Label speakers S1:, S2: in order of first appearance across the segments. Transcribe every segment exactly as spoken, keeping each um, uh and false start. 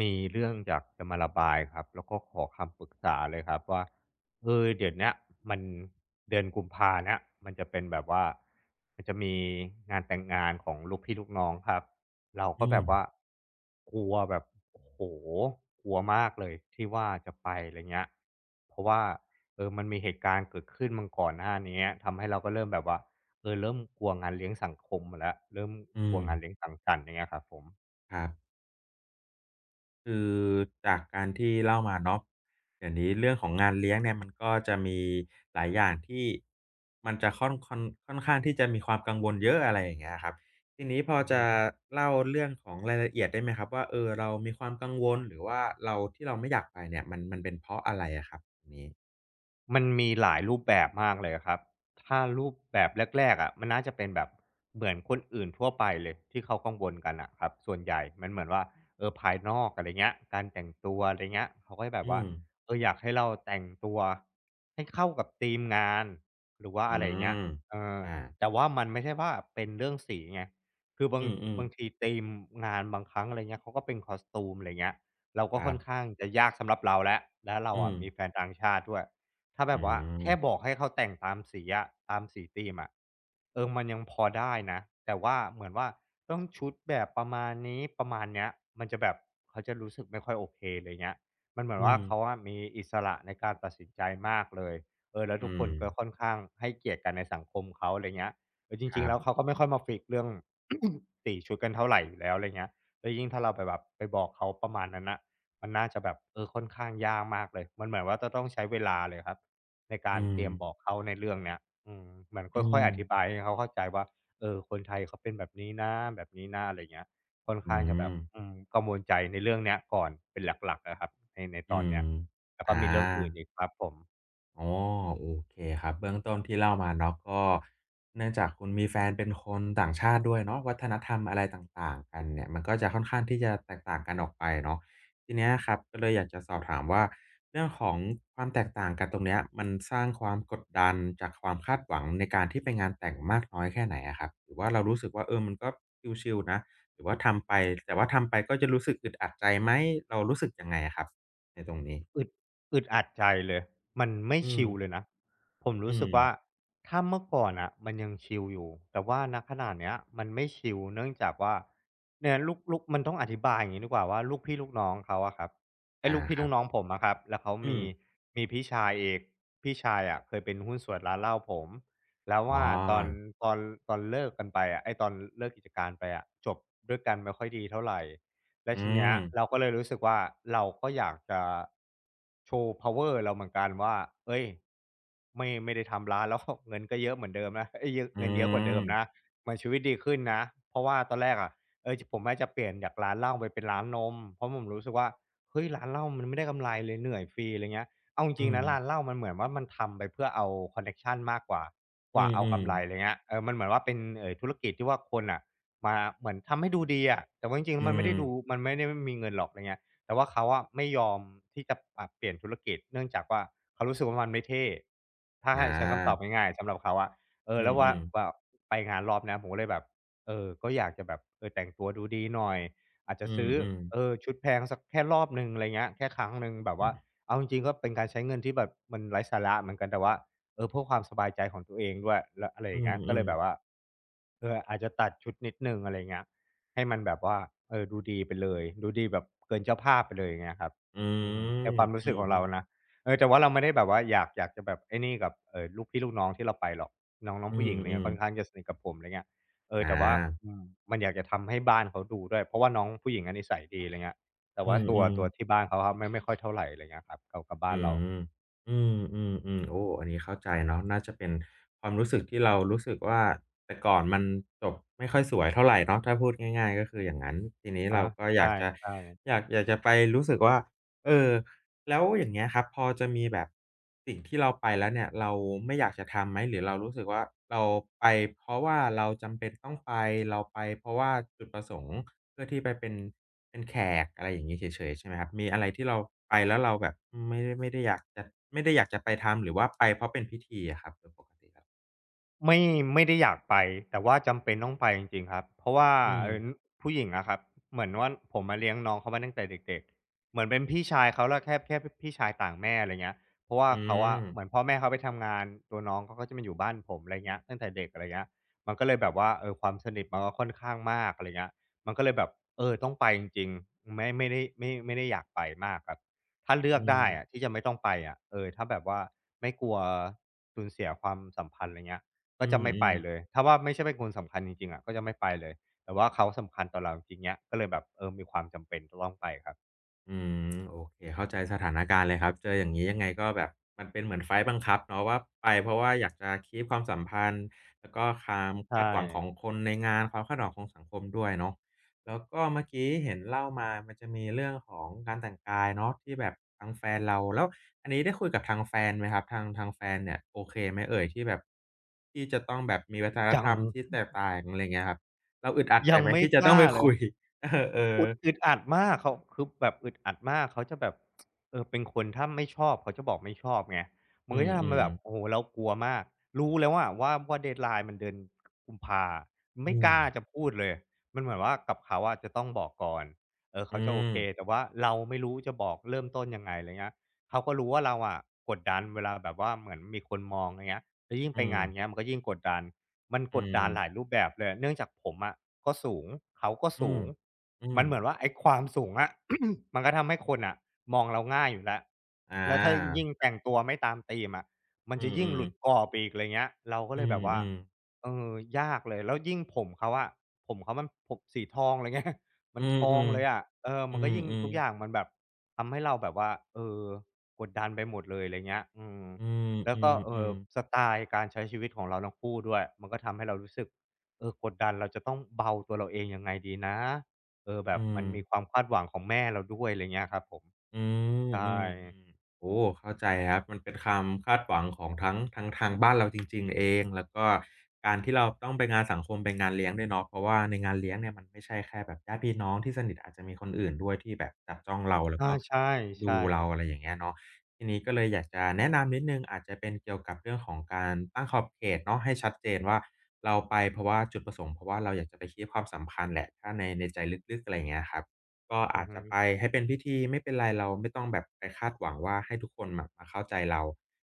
S1: มีเรื่องอยากจะมาระบายครับแล้วก็ขอคำปรึกษาเลยครับว่าเออเดี๋ยวเนี้ยมันเดือนกุมภาเนี่ยมันจะเป็นแบบว่ามันจะมีงานแต่งงานของลูกพี่ลูกน้องครับเราก็
S2: อื
S1: แบ
S2: ม
S1: บว่ากลัวแบบโอ้โหกลัวมากเลยที่ว่าจะไปอะไรเงี้ยเพราะว่าเออมันมีเหตุการณ์เกิดขึ้นมันก่อนหน้าเนี้ยทำให้เราก็เริ่มแบบว่าเออเริ่มกลัวงานเลี้ยงสังคมมาแล้วเริ่ม
S2: อื
S1: กลัว
S2: ม
S1: งานเลี้ยงสังสรรค์อย่างเงี้ยครับผม
S2: ครับคือจากการที่เล่ามาเนาะเดี๋ยวนี้เรื่องของงานเลี้ยงเนี่ยมันก็จะมีหลายอย่างที่มันจะค่อนค่อนค่อนข้างที่จะมีความกังวลเยอะอะไรอย่างเงี้ยครับทีนี้พอ
S1: อือ
S2: จะ
S1: ฮึ
S2: เล่าเรื่องของรายละเอียดได้ไหมครับว่าเออเรามีความกังวลหรือว่าเราที่เราไม่อยากไปเนี่ยมันมันเป็นเพราะอะไรอะครับตรงนี้
S1: มันมีหลายรูปแบบมากเลยครับถ้ารูปแบบแรกๆอะมันน่าจะเป็นแบบเหมือนคนอื่นทั่วไปเลยที่เขากังวลกันอะครับส่วนใหญ่มันเหมือนว่าเออภายนอกอะไรเงี้ยการแต่งตัวอะไรเงี้ยเขาก็จะแบบ
S2: อื
S1: ว่า
S2: ม
S1: เอออยากให้เราแต่งตัวให้เข้ากับธีมงานหรือว่า
S2: อื
S1: อะไรอย่างเงี้ย
S2: ม
S1: เออ
S2: อา
S1: แต่ว่ามันไม่ใช่ว่าเป็นเรื่องสีไงคือบา
S2: อื
S1: ง
S2: ม
S1: บางทีธีมงานบางครั้งอะไรเงี้ยเขาก็เป็นคอสตูมอะไรเงี้ยเรา
S2: ๆ
S1: ก็
S2: ค
S1: ค่
S2: รั
S1: อ
S2: บ
S1: นข้างจะยากสำหรับเราแล้วแล้วเรา
S2: อื
S1: อะ
S2: ม
S1: มีแฟนต่างชาติด้วย ถ้าแบ
S2: อื
S1: บว่า
S2: ม
S1: แค่บอกให้เขาแต่งตามสีอะตามสีธีมอะเออมันยังพอได้นะแต่ว่าเหมือนว่าต้องชุดแบบประมาณนี้ประมาณเนี้ยมันจะแบบเขาจะรู้สึกไม่ค่อยโอเคไรเงี้ยมันเหมือน
S2: อื
S1: ว่า
S2: ม
S1: เขาอะมีอิสระในการตัดสินใจมากเลยเออแล้วทุ
S2: อื
S1: กคน
S2: ม
S1: ก็ค่อนข้างให้เกียรติกันในสังคมเขาไรเงี้ยเออจ
S2: ค
S1: ริง
S2: รั
S1: ๆแล้วเขา
S2: บ
S1: ก็ไม่ค่อยมาฟิกซ์เรื่อง สีชุดกันเท่าไรอยู่แล้วไรเงี้ยแล้วยิ่งถ้าเราไปแบบไปบอกเขาประมาณนั้นน่ะมันน่าจะแบบเออค่อนข้างยากมากเลยมันเหมือนว่าจะต้องใช้เวลาเลยครับ ในกา
S2: อื
S1: รเต
S2: ม
S1: รียมบอกเขาในเรื่องเนี้ยอืมเหมือน
S2: อื
S1: ค่อย
S2: ม
S1: ๆอธิบายให้เขาเข้าใจว่าเออคนไทยเขาเป็นแบบนี้นะแบบนี้นะอะไรเงี้ยค่อน
S2: อื
S1: ข้างจะแบ
S2: ม
S1: บอืมกังวลใจในเรื่องเนี้ยก่อนเป็นหลักๆอะครับในในตอ
S2: อื
S1: นเนี้
S2: ม
S1: ยแล้วก็
S2: อา
S1: มีเรื่องอื่นอีกครับผม
S2: อ๋อโอเคครับเบื้องต้นที่เล่ามาเนาะก็เนื่องจากคุณมีแฟนเป็นคนต่างชาติด้วยเนาะวัฒนธรรมอะไรต่างๆกันเนี่ยมันก็จะค่อนข้างที่จะแตกต่างกันออกไปเนาะทีเนี้ยครับก็เลยอยากจะสอบถามว่าเรื่องของความแตกต่างกันตรงเนี้ยมันสร้างความกดดันจากความคาดหวังในการที่ไปงานแต่งมากน้อยแค่ไหนอะครับหรือว่าเรารู้สึกว่าเออมันก็ชิลๆนะหรือว่าทำไปแต่ว่าทำไปก็จะรู้สึกอึดอัดใจไหมเรารู้สึกยังไงอะครับในตรงนี้
S1: อึดอึดอัดใจเลย มันไม่
S2: อื
S1: ชิลเลยนะ ผม
S2: ม
S1: รู้สึกว่า
S2: ๆ
S1: ถ้าเมื่อก่อนน่ะมันยังชิลอยู่ แต่ว่าณขณะเนี้ยมันไม่ชิลเนื่องจากว่าเนี่ยลูกลูกมันต้องอธิบายอย่างงี้ดีกว่าว่าลูกพี่ลูกน้องเขาอะครับไอ้
S2: อา
S1: ลูกพี่
S2: ค
S1: ลู
S2: รั
S1: กน้อ
S2: บ
S1: งผมอะครับแล้วเขา
S2: อื
S1: มี
S2: ม
S1: มีพี่ชายอีกพี่ชายอะเคยเป็นหุ้นส่วนร้านเหล้าผมแล้ว
S2: อ๋อ
S1: ว่าตอนตอนตอนเลิกกันไปอะไอ้ตอนเลิกกิจการไปอะจบด้วยกันไม่ค่อยดีเท่าไร และ
S2: อื
S1: ทีเนี้ย
S2: ม
S1: เราก็เลยรู้สึกว่าเราก็อยากจะโชว์ power เราเหมือนกันว่าเฮ้ยไม่ไม่ได้ทำร้าน แล้ว เงินก็เยอะเหมือนเดิมนะเอยเยอะ
S2: อื
S1: เงินเยอะกว่าเดิมนะ
S2: ม
S1: เหมือนชีวิตดีขึ้นนะเพราะว่าตอนแรกอะเออผมอะจจะเปลี่ยนจากร้านเหล้าไปเป็นร้านนมเพราะผมรู้สึกว่าเฮ้ยร้านเหล้ามันไม่ได้กำไรเลยเหนื่อยฟรีอะไรเงี้ยเอาจริ
S2: อื
S1: งๆ
S2: ม
S1: นะร้านเหล้ามันเหมือนว่ามันทำไปเพื่อเอาคอนเน็ชันมากกว่าก
S2: อื
S1: ว่า
S2: ม
S1: เอา
S2: อ
S1: กำไรอะไรเงี้
S2: ๆ
S1: ยเออมันเหมือนว่าเป็นเออธุรกิจที่ว่าคนอ่ะ มาเหมือนทำให้ดูดีอะแต่ว่าจริงๆแล้
S2: อื
S1: วมันไม่ได้
S2: ม
S1: ดูมันไม่ได้มีเงินหรอกไรเงี้ยแต่ว่าเขาอะไม่ยอมที่จะปรับเปลี่ยนธุรกิจเนื่องจากว่าเขารู้สึกว่ามันไม่เท่ถ้า
S2: อ
S1: ให้ใช้คำตอบ
S2: า
S1: ง่ายๆสำหรับเขาอะเออ
S2: อื
S1: แล้วว่า
S2: อ
S1: แบ
S2: ๆ
S1: บไปงานรอบเนี้ยผมก็เลยแบบเออก็อยากจะแบบเออแต่งตัวดูดีหน่อยอาจจะ
S2: อื
S1: ซื้อ
S2: อๆ
S1: เออชุดแพงสักแค่รอบหนึ่งไรเงี้ยแค่ครั้งหนึ่งแบบว่าเอาจริงๆก็เป็นการใช้เงินที่แบบมันไร้สาระเหมือนกันแต่ว่า เออเพื่อความสบายใจของตัวเองด้วยแล้วอะไรอ
S2: อื
S1: ย่างเงี้ยก็เลย
S2: ม
S1: แบบว่า
S2: ๆ
S1: เอออาจจะตัดชุดนิดนึงอะไรเงี้ยให้มันแบบว่าเออดูดีไปเลยดูดีแบบเกินเจ้าภาพไปเลยอย่างเงี้ยครับ
S2: อื
S1: อือฮึ
S2: ม
S1: ในความรู้
S2: อื
S1: สึกของ
S2: ม
S1: เรานะเออแต่ว่าเราไม่ได้แบบว่าอยากอยากจะแบบไอ้นี่กับเออลูกพี่ลูกน้องที่เราไปหรอกน้องน้อง
S2: อื
S1: ผู้หญิงอะไรเงี้ย
S2: อ
S1: ค่อนข้าง
S2: ๆ
S1: จะสนิทกับผมอะไรเงี้ยเออ
S2: อา
S1: แต่ว่าอืมมันอยากจะทำให้บ้านเขาดูด้วยเพราะว่าน้องผู้หญิงอะนนี้ใส่ดีอะไรเงี้ยแต่
S2: อื
S1: ว่าตัว
S2: ม
S1: ตัว
S2: ๆ
S1: ที่บ้านเขาอะไม่ไม่ค่อยเท่าไหรอะไรเงี้ยครับกับกับบ้าน
S2: อื
S1: เรา
S2: มอืมอืมอืมโอ้อันนี้เข้าใจเนาะน่าจะเป็นความรู้สึกที่เรารู้สึกว่าแต่ก่อนมันจบไม่ค่อยสวยเท่าไรเนาะถ้าพูดง่ายๆก็คืออย่างงั้นทีนี้
S1: อะ
S2: เราก็อ
S1: ใช่
S2: ยากจะ
S1: ใช่
S2: อยากอยากจะไปรู้สึกว่าเออแล้วอย่างเงี้ยครับพอจะมีแบบสิ่งที่เราไปแล้วเนี่ยเราไม่อยากจะทำไหมหรือเรารู้สึกว่าเราไปเพราะว่าเราจำเป็นต้องไปเราไปเพราะว่าจุดประสงค์ เพื่อที่ไปเป็นเป็นแขกอะไรอย่างงี้เฉยๆใช่ไหมครับมีอะไรที่เราไปแล้วเราแบบไม่ได้ไม่ได้อยากจะไม่ได้อยากจะไปทำหรือว่าไปเพราะเป็นพิธีอะครับโดยปกติแล้ว
S1: ไม่ไม่ได้อยากไปแต่ว่าจำเป็นต้องไปจริงๆครับเพราะว่า
S2: อืม
S1: เอ่อผู้หญิงอะครับเหมือนว่าผมอะเลี้ยงน้องเขามาตั้งแต่เด็กๆเหมือนเป็นพี่ชายเขาแล้วแค่แค่พี่ชายต่างแม่อะไรเงี้ยเพราะว่า
S2: อื
S1: เขาอะ
S2: ม
S1: เหมือนพ่อแม่เขาไปทำงานตัวน้องเขาก็จะมาอยู่บ้านผมอะไรเงี้ยตั้งแต่เด็กอะไรเงี้ยมันก็เลยแบบว่าเออความสนิทมันก็ค่อนข้างมากอะไรเงี้ยมันก็เลยแบบเออต้องไปจริงๆไม่ไม่ได้ไม่ไม่ได้อยากไปมากครับถ้าเลือ
S2: อื
S1: ก
S2: ม
S1: ได้อะที่จะไม่ต้องไปอะเออถ้าแบบว่าไม่กลัวสูญเสียความสัมพันธ์ไรเงี้ย ก็
S2: อื
S1: จะไม่ไป
S2: มๆ
S1: เลยถ้าว่าไม่ใช่เป็นคนสำคัญจริงๆอะก็จะไม่ไปเลยแต่ว่าเขาสำคัญต่อเราจริงๆเงี้ยก็เลยแบบเออมีความจำเป็นจะต้องไปครับ
S2: อืมโอเคเข้าใจสถานการณ์เลยครับเจออย่างนี้ยังไงก็แบบมันเป็นเหมือนไฟต์บังคับเนาะว่าไปเพราะว่าอยากจะค e e ความสัมพันธ์แล้วก็ความ
S1: ใช่
S2: คาดหวังของคนในงานความคาดหวังของสังคมด้วยเนาะแล้วก็เมื่อกี้เห็นเล่ามามันจะมีเรื่องของการแต่งกายเนาะที่แบบทางแฟนเราแล้วอันนี้ได้คุยกับทางแฟนไหมครับทางทางแฟนเนี่ยโอเคไหมเอ่ยที่แบบที่จะต้องแบบมีวัฒน
S1: ยั
S2: ธ
S1: ง
S2: รรมที่แตกต่างอะไรเงี้ยครับเราอึดอัดใจ
S1: ยัง
S2: ไหม
S1: ไม่
S2: ที่
S1: ก
S2: จะต้อง
S1: ล้า
S2: ไป
S1: เลย
S2: คุย เออ
S1: อุดอึ
S2: ๆ
S1: ดอัดมากเขาคือแบบอึดอัดมากเขาจะแบบเออเป็นคนถ้าไม่ชอบเขาจะบอกไม่ชอบไงมั
S2: อื
S1: นก็จะทำให้
S2: ม
S1: แบบโอ้
S2: ๆ
S1: โฮเรากลัวมากรู้แล้วอะว่าว่า deadline มันเดือนกุมภา
S2: อื
S1: ไม่กล้าจะ
S2: ม
S1: พูดเลยมันเหมือนว่ากับเขาอะจะต้องบอกก่อนเออ
S2: อื
S1: เขาจะโอ
S2: ม
S1: เคแต่ว่าเราไม่รู้จะบอกเริ่มต้นยังไงอะไรเงี้ยเขาก็รู้ว่าเราอะกดดันเวลาแบบว่าเหมือนมีคนมองอะไรเงี้ยแล้วยิ่ง
S2: อื
S1: ไป
S2: ม
S1: งานเงี้ยมันก็ยิ่งกดดัน มัน
S2: อื
S1: กด
S2: ม
S1: ดันหลายรูปแบบเลยเนื่องจากผมอะก็สูงเขาก็
S2: อื
S1: สู
S2: ม
S1: ง
S2: อืม
S1: มันเหมือนว่าไอ้ความสูงอะ มันก็ทำให้คนอ่ะมองเราง่ายอยู่แล้ว
S2: อ
S1: แล้วถ้ายิ่
S2: า
S1: งแต่งตัวไม่ตามธีมอะมัน
S2: อื
S1: จะยิ่งห
S2: ม
S1: ลุดกร
S2: ๆ
S1: อบไปอีกอะไรเงี้ยเราก็
S2: อื
S1: เลยแบบว่า
S2: มๆ
S1: เออยากเลยแล้วยิ่งผมเขาอะผมเขามันผมสีทองอะไรเงี้ย มั
S2: อื
S1: นท
S2: มๆ
S1: องเลยอะเออ
S2: อื
S1: มันก็ยิ่ง
S2: ม
S1: ทุกอย่าง
S2: ๆ
S1: มันแบบทำให้เราแบบว่าเออกดดันไปหมดเลยอะไรเงี้ยอืม
S2: อืม
S1: แล้
S2: ๆ
S1: ว
S2: อื
S1: ก็เอ่อ
S2: มๆ
S1: ส
S2: ๆ
S1: ไตล์การใช้ชีวิตของเราทั้งคู่ด้วยมันก็ทำให้เรารู้สึกเออกดดันเราจะต้องเบาตัวเราเองยังไงดีนะเออแบ
S2: อื
S1: บมั
S2: ม
S1: นมีความคาดหวังของแม่เราด้วยอะไรเงี้ยครับผม
S2: อืม
S1: ใช่
S2: อืมอืมโอ้เข้าใจครับมันเป็นความคาดหวังของทั้งทั้งทางบ้านเราจริงๆเองแล้วก็การที่เราต้องไปงานสังคมไปงานเลี้ยงด้วยเนาะเพราะว่าในงานเลี้ยงเนี่ยมันไม่ใช่แค่แบบญาติพี่น้องที่สนิทอาจจะมีคนอื่นด้วยที่แบบจับจ้องเราแล้ว
S1: อา
S2: ก็
S1: ใช่
S2: ดูเราอะ
S1: ๆ
S2: ไรอย่างเงี้ยเนาะทีนี้ก็เลยอยากจะแนะนำนิดหนึ่งอาจจะเป็นเกี่ยวกับเรื่องของการตั้งขอบเขตเนาะให้ชัดเจนว่าเราไปเพราะว่าจุดประสงค์เพราะว่าเราอยากจะไปคีปความสัมพันธ์แหละถ้าในในใจลึกๆอะไรอย่างเงี้ยครับ ก็
S1: อื
S2: อา
S1: อ
S2: จ
S1: ฮึ
S2: จะไปให้เป็นพิธีไม่เป็นไรเราไม่ต้องแบบไปคาดหวังว่าให้ทุกคนแบบมาเข้าใจเรา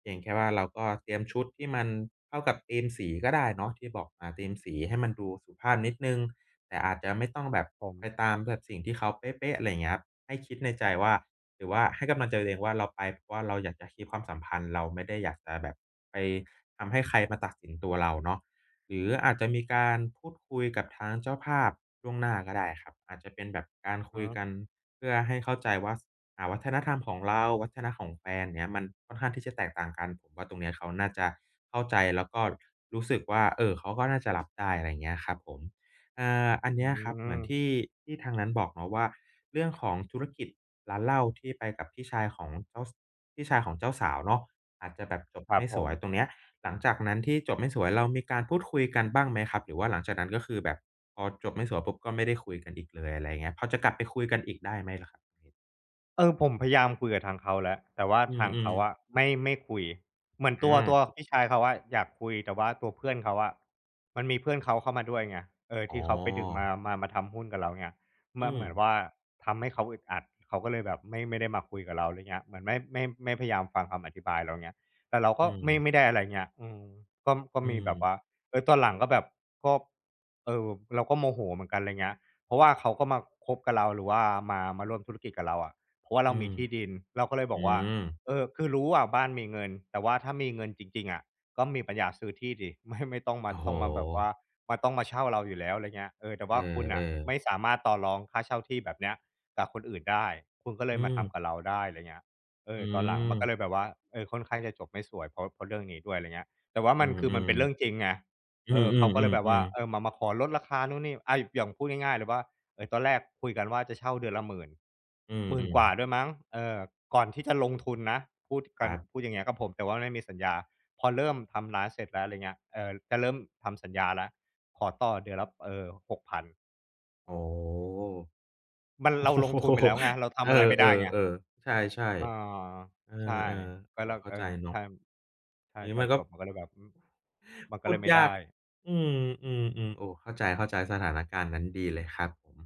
S2: เพียงแค่ว่าเราก็เตรียมชุดที่มันเข้ากับธีมสีก็ได้เนาะที่บอกมาธีมสีให้มันดูสุภาพนิดหนึ่งแต่อาจจะไม่ต้องแบบ
S1: ผ
S2: ไป
S1: ม
S2: ตามแบบสิ่งที่เขาเป๊ะๆอะไรอย่างเงี้ยครับให้คิดในใจว่าหรือว่าให้กำลังใจตัวเองว่าเราไปเพราะว่าเราอยากจะคีปความสัมพันธ์เราไม่ได้อยากจะแบบไปทำให้ใครมาตัดสินตัวเราเนาะ หรืออาจจะมีการพูดคุยกับทางเจ้าภาพล่วงหน้าก็ได้ครับอาจจะเป็นแบบการ
S1: อือ
S2: คุ
S1: ฮึ
S2: ยกันเพื่อให้เข้าใจว่าอ่าวัฒนธรรมของเราวัฒนธรรมของแฟนเนี้ยมันค่อนข้างที่จะแตกต่างกันผมว่าตรงเนี้ยเขาน่าจะเข้าใจแล้วก็รู้สึกว่าเออเขาก็น่าจะรับได้อะไรอย่างเงี้ยครับผม อ่าอัน
S1: อื
S2: เนี้ยครับเหมือนที่
S1: ม
S2: ที่ทางนั้นบอกเนาะว่าเรื่องของธุรกิจร้านเหล้าที่ไปกับพี่ชายของเจ้าสพี่ชายของเจ้าสาวเนาะอาจจะแบบจบ
S1: ครับ
S2: ไม่
S1: ผ
S2: ส
S1: ม
S2: วยตรงเนี้ยหลังจากนั้นที่จบไม่สวยเรามีการพูดคุยกันบ้างไหมครับหรือว่าหลังจากนั้นก็คือแบบพอจบไม่สวยปุ๊บก็ไม่ได้คุยกันอีกเลยอะไรอย่างเงี้ยพอจะกลับไปคุยกันอีกได้ไหมล่ะครับ
S1: เออผมพยายามคุยกับทางเขาแล้วแต่ว่า
S2: อื
S1: ทาง
S2: ม
S1: เขาอะ
S2: ๆ
S1: ไม่ไม่คุยเหมือน
S2: อื
S1: ตัว
S2: ม
S1: ตัวพี่ชายเขาอะอยากคุยแต่ว่าตัวเพื่อนเขาอะมันมีเพื่อนเขาเข้ามาด้วยไงเออ
S2: อ๋
S1: ที่
S2: อ
S1: เขาไปดึงมามามาทำหุ้นกับเราเนี่ยม
S2: อื
S1: เห
S2: ม
S1: มือนว่าทำให้เขาอึดอัดเขาก็เลยแบบไม่ไม่ได้มาคุยกับเราไรเงี้ยเหมือนไม่ไม่ไม่พยายามฟังคำอธิบายเราเงี้ยแต่เราก็
S2: อืม
S1: ไม่ไม่ได้อะไรเงี้ยอืมก็ก็
S2: อื
S1: มีแบบว่า
S2: ม
S1: เออตอนหลังก็แบบก็เออเราก็โมโหเหมือนกันไรเงี้ยเพราะว่าเขาก็มาคบกับเราหรือว่ามามาร่วมธุรกิจกับเราอะ เพราะว่าเรา
S2: อื
S1: มี
S2: ม
S1: ที่ดินเราก็เลยบ
S2: อื
S1: อกว่า
S2: ม
S1: เออคือรู้อะบ้านมีเงินแต่ว่าถ้ามีเงินจริงๆอะก็มีปัญญาซื้อที่สิ ไม่ไม่ต้องมา
S2: โอ้โฮ
S1: ต้องมาแบบว่ามาต้องมาเช่าเราอยู่แล้วอะไรเงี้ยเออแต่
S2: เอ
S1: ว่าคุณน่ะ
S2: อ
S1: ไม่
S2: ๆ
S1: สามารถต่อรองค่าเช่าที่แบบเนี้ยกับคนอื่นได้คุณก็เลย
S2: อื
S1: มา
S2: ม
S1: ทำกับเราได้อะไรเงี้ยเอ
S2: อื
S1: อตอนหลังมันก็เลยแบ
S2: ม
S1: บว่าเออค่อนข้างจะจบไม่สวยเพราะเพราะเรื่องนี้ด้วยอะไรเงี้ยแต่ว่า
S2: อื
S1: มันคือมันเป็น
S2: ม
S1: เรื่อง
S2: ๆ
S1: จริงไง
S2: อื
S1: เอ
S2: ม
S1: อเขาก็เลยแบบว่า
S2: ๆๆ
S1: เออ
S2: ๆ
S1: มามาขอลดราคานู่นนี่อาอย่างพูดง่ายๆเลยว่า เออตอนแรกคุยกันว่าจะเช่าเดือนละหมื่น
S2: อื
S1: หนึ่งหมื่น
S2: ม
S1: กว่าด้วย
S2: ๆ
S1: มั้งเออก่อนที่จะลงทุนนะพูด
S2: ค
S1: กัน
S2: รั
S1: พูด
S2: บ
S1: อย่างเงี้ยกับผมแต่ว่าไม่มีสัญญาพอเริ่มทำร้านเสร็จแล้วอะไรเงี้ยเอ่อจะเริ่มทำสัญญาแล้วขอต่อเดือนละเออหกพัน
S2: อ๋อ
S1: มัน
S2: โอ้
S1: เราลง ทุนไป
S2: โฮ
S1: แล้วไงเราทำ
S2: เอ
S1: อะไรไม่ได้ไง
S2: อๆๆใช่
S1: อา
S2: ๆเอ
S1: ใช่
S2: อๆ
S1: ก็
S2: โอ้
S1: แล้ว
S2: เข้า
S1: เออ
S2: ใจเนาะ
S1: ใช่ใช่
S2: อย่าง
S1: ต
S2: งี้
S1: อ
S2: มั
S1: น
S2: น
S1: จ
S2: ก็
S1: บมันก็เลยแบบมมันก็
S2: พู
S1: เล
S2: ด
S1: ยไม่ได้
S2: ยากอืมๆๆโอ้เข้าใจๆสถานการณ์นั้นดีเลยครับผม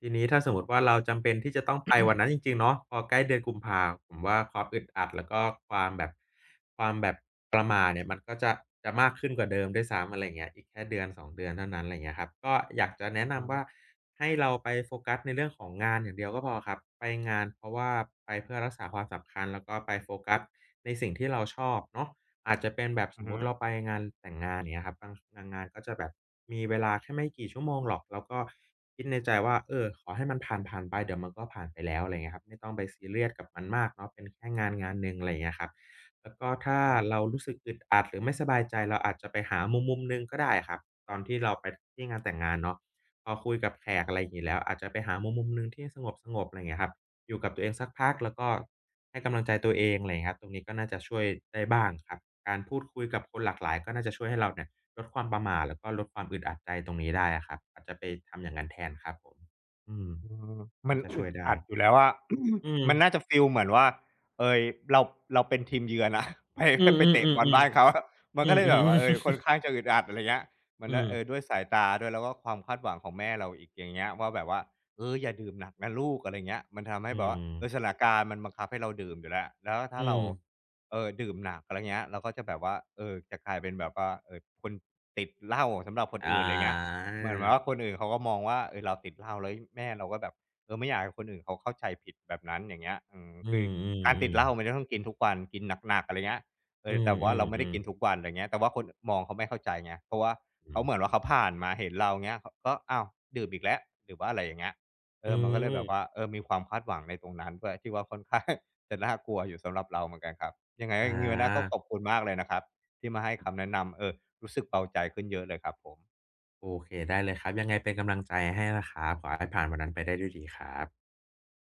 S2: ทีนี้ถ้าสมมติว่าเราจำเป็นที่จะต้องไปวันนั้นจริงๆเนาะพอใกล้เดือนกุมภาผมว่าความอึดอัดแล้วก็ความแบบความแบบประหม่าเนี่ยมันก็จะจะมากขึ้นกว่าเดิมด้วยซ้ำอะไรอย่างเงี้ยอีกแค่เดือสองเดือนเท่านั้นอะไรอย่างเงี้ยครับก็อยากจะ
S1: อื
S2: แนะ
S1: อฮึ
S2: นำว่าให้เราไปโฟกัสในเรื่องของงานอย่างเดียวก็พอครับไปงานเพราะว่าไปเพื่อรักษาความสัมพันธ์แล้วก็ไปโฟกัสในสิ่งที่เราชอบเนาะอาจจะเป็นแบบ
S1: อื
S2: ส
S1: อ
S2: ม
S1: ฮึ
S2: มุติเราไปงานแต่งงานอย่างเงี้ยครับบางบางงานก็จะแบบมีเวลาแค่ไม่กี่ชั่วโมงหรอกแล้วก็ คิดในใจว่าเออขอให้มันผ่านๆไปเดี๋ยวมันก็ผ่านไปแล้วอะไรเงี้ยครับไม่ต้องไปซีเรียสกับมันมากเนาะเป็นแค่งานงานหนึ่งอะไรเงี้ยครับแล้วก็ถ้า
S1: อือฮึ
S2: เรารู้สึกอึดอัดหรือไม่สบายใจเราอาจจะไปหามุมๆหนึ่งก็ได้ครับตอนที่เราไปที่งานแต่งงานเนาะพอคุยกับแขกอะไรอย่างงี้แล้วอาจจะไปหามุมๆหนึ่งที่สงบๆอะไรยเงี้ยครับอยู่กับตัวเองสักพักแล้วก็ให้กำลังใจตัวเองอะไรเงี้ยครับตรงนี้ก็น่าจะช่วยได้บ้างครับการพูดคุยกับคนหลากหลายก็น่าจะช่วยให้เราเนี่ย ลดความประหม่าแล้วก็ลดความอึดอัดใจตรงนี้ได้อะครับอาจจะไปทำอย่างนั้นแทนครับผมอืม
S1: อืมมั
S2: น่า
S1: น
S2: จะ
S1: อึ
S2: ช่ว
S1: ด
S2: ยได้
S1: อัดอยู่แล้วอะ
S2: อื
S1: มันน่า
S2: ม
S1: จะฟีลเหมือนว่าเอยเราเราเป็นทีมเยือนอะ ไป
S2: อื
S1: ไปไปเตะบอล
S2: อ
S1: บ้า
S2: ๆ
S1: น
S2: ๆ
S1: เขาอะมั
S2: ๆ
S1: น
S2: อื
S1: ก็
S2: อ
S1: เลย
S2: อื
S1: แบ
S2: อ
S1: บว่าเออ
S2: อื
S1: ค่
S2: อ
S1: อนข้างจะอึดอัดอะไรเงี้ยมัน
S2: อื
S1: น่ะ
S2: ม
S1: เออด้วยสายตาด้วยแล้วก็ความคาดหวังของแม่เราอีกอย่างเงี้ยว่าแบบว่าเอออย่าดื่มหนักนะลูกอะไรเงี้ยมันทำให้แบบว่าเออสถานการณ์มันบังคับให้เราดื่มอยู่แล้วแล้วถ้า
S2: อื
S1: เรา
S2: ม
S1: เออดื่มหนักอะไรเงี้ยเราก็จะแบบว่าเออจะกลายเป็นแบบว่าเออคนติดเหล้าสำหรับคนอื่
S2: อา
S1: นอะไรเงี้ย เหมือนแบบว่าคนอื่นเขาก็มองว่าเออเราติดเหล้าแล้วยแม่เราก็แบบเออไม่อยากให้คนอื่นเขาเข้าใจผิดแบบนั้นอย่างเงี้ยอืม
S2: อื
S1: คือการติด
S2: ม
S1: เหล้ามันจะ
S2: ๆๆ
S1: ต้องกินทุกวันกินหนักๆอะไรเงี้ยเอ
S2: อื
S1: อแต่ว่าเราไม่ได้
S2: อ
S1: กิ
S2: ๆ
S1: นทุก
S2: ๆ
S1: วันอะไรเงี้ยแต่ว่าคนมองเขาไม่เข้าใจไงเพราะว่า
S2: อื
S1: เขา
S2: ม
S1: เหมือนว่าเขาผ่านมาเห็นเราเงี้ยเขาก็อ้าวดื่มอีกแล้วหรือว่าอะไรอย่างเงี้ยเอ
S2: อื
S1: อมันก็เลยแบบว่า
S2: ม
S1: เออมีความคาดหวังในตรงนั้นด้วยที่ว่าค่อนข้าง จะน่ากลัวอยู่สำหรับเราเหมือนกันครับยังไง
S2: อ
S1: งวันเนี้ยก็ข
S2: า
S1: อบคุณมากเลยนะครับที่มาให้คำแนะนำเออรู้สึกเบาใจขึ้นเยอะเลยครับผม
S2: โอเคได้เลยครับยังไงเป็นกำลังใจให้นะครับขอให้ผ่านวันนั้นไปได้ด้วยดีครับ